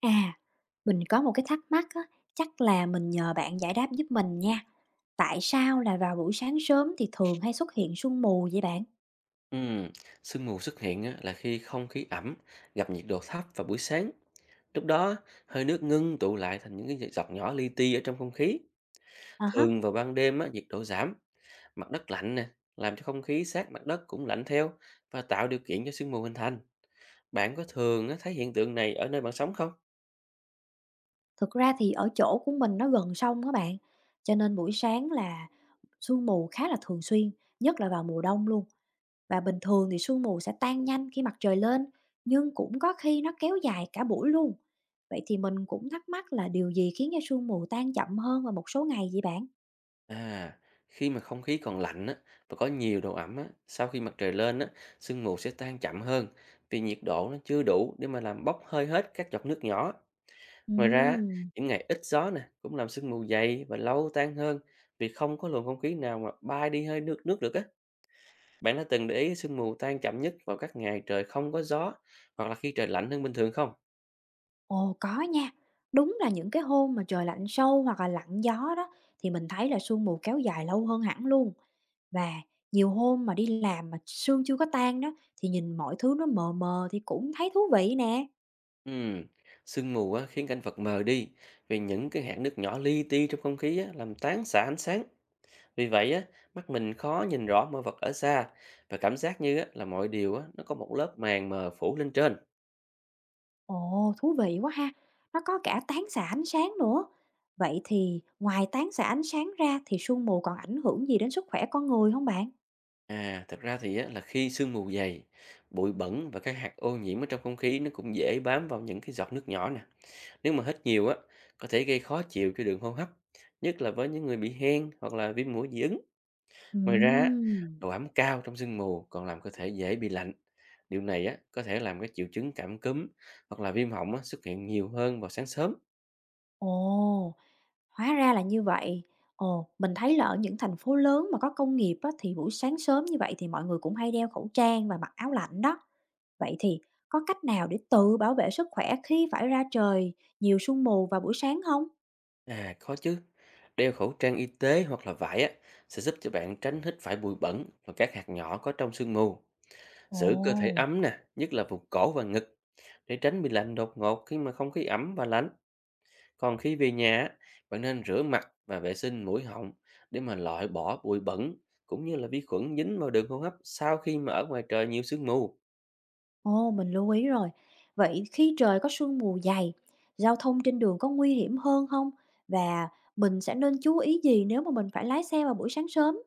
À, mình có một cái thắc mắc á, chắc là mình nhờ bạn giải đáp giúp mình nha. Tại sao là vào buổi sáng sớm thì thường hay xuất hiện sương mù vậy bạn? Ừm, sương mù xuất hiện á, là khi không khí ẩm gặp nhiệt độ thấp vào buổi sáng. Lúc đó, hơi nước ngưng tụ lại thành những cái giọt nhỏ li ti ở trong không khí. À hả, Thường vào ban đêm á, nhiệt độ giảm, mặt đất lạnh nè, làm cho không khí sát mặt đất cũng lạnh theo và tạo điều kiện cho sương mù hình thành. Bạn có thường á, thấy hiện tượng này ở nơi bạn sống không? thực ra thì ở chỗ của mình nó gần sông các bạn, cho nên buổi sáng là sương mù khá là thường xuyên, nhất là vào mùa đông luôn. Và bình thường thì sương mù sẽ tan nhanh khi mặt trời lên, nhưng cũng có khi nó kéo dài cả buổi luôn. Vậy thì mình cũng thắc mắc là điều gì khiến cho sương mù tan chậm hơn vào một số ngày vậy bạn? À, khi mà không khí còn lạnh á, và có nhiều độ ẩm á, sau khi mặt trời lên á, sương mù sẽ tan chậm hơn vì nhiệt độ nó chưa đủ để mà làm bốc hơi hết các giọt nước nhỏ. Ngoài ra, Ừm. những ngày ít gió nè cũng làm sương mù dày và lâu tan hơn vì không có luồng không khí nào mà bay đi hơi nước nước được á. Bạn đã từng để ý sương mù tan chậm nhất vào các ngày trời không có gió hoặc là khi trời lạnh hơn bình thường không? Ồ, có nha. Đúng là những cái hôm mà trời lạnh sâu hoặc là lặng gió đó thì mình thấy là sương mù kéo dài lâu hơn hẳn luôn. Và nhiều hôm mà đi làm mà sương chưa có tan đó thì nhìn mọi thứ nó mờ mờ thì cũng thấy thú vị nè. Ừm, Sương mù á, khiến cảnh vật mờ đi vì những cái hạt nước nhỏ li ti trong không khí á, làm tán xạ ánh sáng. Vì vậy á, mắt mình khó nhìn rõ mọi vật ở xa và cảm giác như á, là mọi điều á, nó có một lớp màng mờ phủ lên trên. Ồ, thú vị quá ha. Nó có cả tán xạ ánh sáng nữa. Vậy thì ngoài tán xạ ánh sáng ra thì sương mù còn ảnh hưởng gì đến sức khỏe con người không bạn? À, thật ra thì á, là khi sương mù dày, bụi bẩn và các hạt ô nhiễm ở trong không khí nó cũng dễ bám vào những cái giọt nước nhỏ nè. Nếu mà hít nhiều á, có thể gây khó chịu cho đường hô hấp, nhất là với những người bị hen hoặc là viêm mũi dị ứng. Ngoài ra, á, Ừm. độ ẩm cao trong sương mù còn làm cơ thể dễ bị lạnh. Điều này á, có thể làm các triệu chứng cảm cúm hoặc là viêm họng á, xuất hiện nhiều hơn vào sáng sớm. Ồ. Hóa ra là như vậy. Ồ, mình thấy là ở những thành phố lớn mà có công nghiệp á, thì buổi sáng sớm như vậy thì mọi người cũng hay đeo khẩu trang và mặc áo lạnh đó. Vậy thì có cách nào để tự bảo vệ sức khỏe khi phải ra trời nhiều sương mù vào buổi sáng không? À, khó chứ. Đeo khẩu trang y tế hoặc là vải á, sẽ giúp cho bạn tránh hít phải bụi bẩn và các hạt nhỏ có trong sương mù. Giữ cơ thể Ồ, ấm nè, nhất là vùng cổ và ngực để tránh bị lạnh đột ngột khi mà không khí ẩm và lạnh. Còn khi về nhà, á, bạn nên rửa mặt và vệ sinh mũi họng để mà loại bỏ bụi bẩn cũng như là vi khuẩn dính vào đường hô hấp sau khi mà ở ngoài trời nhiều sương mù. ồ, mình lưu ý rồi. Vậy khi trời có sương mù dày, giao thông trên đường có nguy hiểm hơn không? Và mình sẽ nên chú ý gì nếu mà mình phải lái xe vào buổi sáng sớm?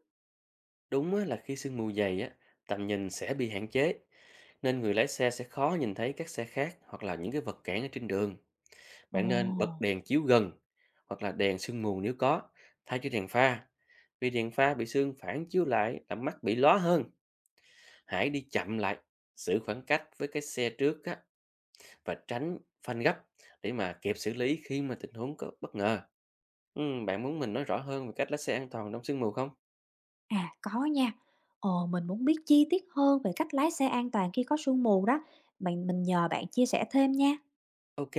Đúng á, là khi sương mù dày á, tầm nhìn sẽ bị hạn chế nên người lái xe sẽ khó nhìn thấy các xe khác hoặc là những cái vật cản ở trên đường. Ồ. Bạn nên bật đèn chiếu gần hoặc là đèn sương mù nếu có, thay cho đèn pha. Vì đèn pha bị sương phản chiếu lại làm mắt bị lóa hơn. Hãy đi chậm lại, giữ khoảng cách với cái xe trước á, và tránh phanh gấp để mà kịp xử lý khi mà tình huống có bất ngờ. Bạn muốn mình nói rõ hơn về cách lái xe an toàn trong sương mù không? À, có nha. Ồ, mình muốn biết chi tiết hơn về cách lái xe an toàn khi có sương mù đó. Mình nhờ bạn chia sẻ thêm nha. Ok,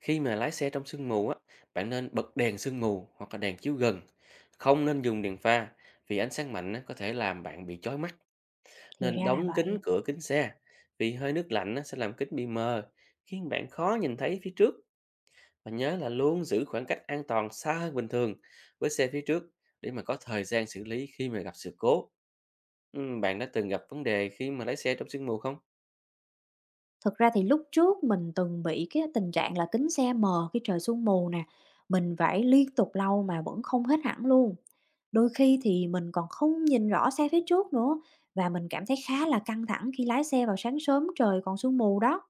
khi mà lái xe trong sương mù á, bạn nên bật đèn sương mù hoặc là đèn chiếu gần. Không nên dùng đèn pha vì ánh sáng mạnh á, có thể làm bạn bị chói mắt. Thì Nên ra là đóng kín vậy. cửa kính xe, vì hơi nước lạnh á, sẽ làm kính bị mờ, khiến bạn khó nhìn thấy phía trước. Và nhớ là luôn giữ khoảng cách an toàn xa hơn bình thường với xe phía trước để mà có thời gian xử lý khi mà gặp sự cố. Bạn đã từng gặp vấn đề khi mà lái xe trong sương mù không? Thực ra thì lúc trước mình từng bị cái tình trạng là kính xe mờ khi trời sương mù nè. Mình phải liên tục lau mà vẫn không hết hẳn luôn. Đôi khi thì mình còn không nhìn rõ xe phía trước nữa và mình cảm thấy khá là căng thẳng khi lái xe vào sáng sớm trời còn sương mù đó.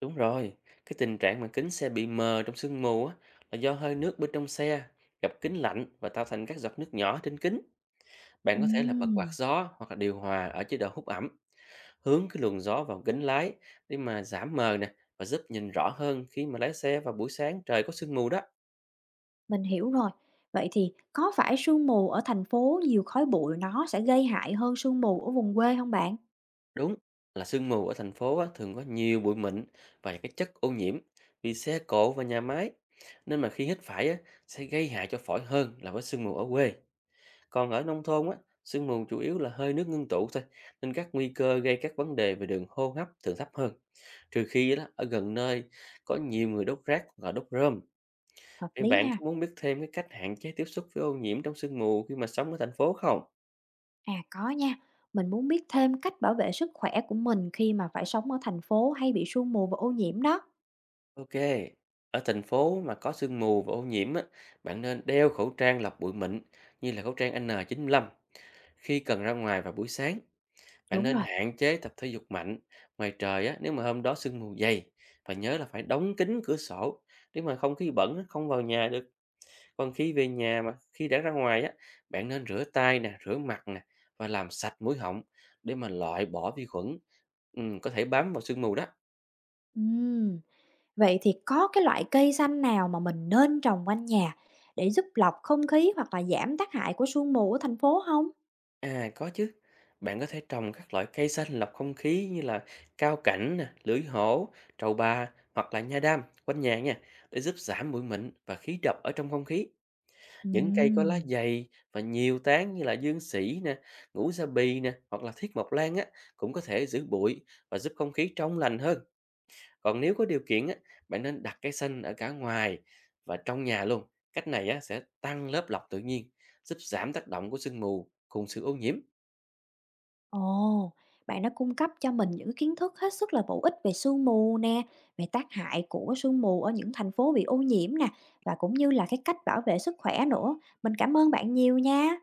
Đúng rồi, cái tình trạng mà kính xe bị mờ trong sương mù á là do hơi nước bên trong xe gặp kính lạnh và tạo thành các giọt nước nhỏ trên kính. Bạn có thể là bật quạt Ừm. gió hoặc là điều hòa ở chế độ hút ẩm hướng cái luồng gió vào kính lái để mà giảm mờ nè và giúp nhìn rõ hơn khi mà lái xe vào buổi sáng trời có sương mù đó. Mình hiểu rồi. Vậy thì có phải sương mù ở thành phố nhiều khói bụi nó sẽ gây hại hơn sương mù ở vùng quê không bạn? Đúng là sương mù ở thành phố á, thường có nhiều bụi mịn và cái chất ô nhiễm vì xe cộ và nhà máy. Nên mà khi hít phải á, sẽ gây hại cho phổi hơn là với sương mù ở quê. Còn ở nông thôn á, sương mù chủ yếu là hơi nước ngưng tụ thôi nên các nguy cơ gây các vấn đề về đường hô hấp thường thấp hơn. Trừ khi á, ở gần nơi có nhiều người đốt rác hoặc là đốt rơm. Hợp Vậy lý bạn ha. có muốn biết thêm cái cách hạn chế tiếp xúc với ô nhiễm trong sương mù khi mà sống ở thành phố không? À, có nha. Mình muốn biết thêm cách bảo vệ sức khỏe của mình khi mà phải sống ở thành phố hay bị sương mù và ô nhiễm đó. Ok, ở thành phố mà có sương mù và ô nhiễm á, bạn nên đeo khẩu trang lọc bụi mịn như là khẩu trang N95 khi cần ra ngoài vào buổi sáng. Bạn Đúng nên rồi. hạn chế tập thể dục mạnh ngoài trời á, nếu mà hôm đó sương mù dày và nhớ là phải đóng kín cửa sổ để mà không khí bẩn á, không vào nhà được. Còn khi về nhà mà khi đã ra ngoài á, bạn nên rửa tay nè, rửa mặt nè và làm sạch mũi họng để mà loại bỏ vi khuẩn có thể bám vào sương mù đó. Ừm, vậy thì có cái loại cây xanh nào mà mình nên trồng quanh nhà để giúp lọc không khí hoặc là giảm tác hại của sương mù ở thành phố không? À có chứ. Bạn có thể trồng các loại cây xanh lọc không khí như là cao cảnh nè, lưỡi hổ, trầu bà hoặc là nha đam quanh nhà nha để giúp giảm bụi mịn và khí độc ở trong không khí. Những cây có lá Ừm. dày và nhiều tán như là dương sỉ nè, ngũ sa bì nè hoặc là thiết mộc lan á cũng có thể giữ bụi và giúp không khí trong lành hơn. Còn nếu có điều kiện á, bạn nên đặt cây xanh ở cả ngoài và trong nhà luôn. Cách này á, sẽ tăng lớp lọc tự nhiên, giúp giảm tác động của sương mù, cùng sự ô nhiễm. Ồ, bạn đã cung cấp cho mình những kiến thức hết sức là bổ ích về sương mù nè, về tác hại của sương mù ở những thành phố bị ô nhiễm nè, và cũng như là cái cách bảo vệ sức khỏe nữa. Mình cảm ơn bạn nhiều nha.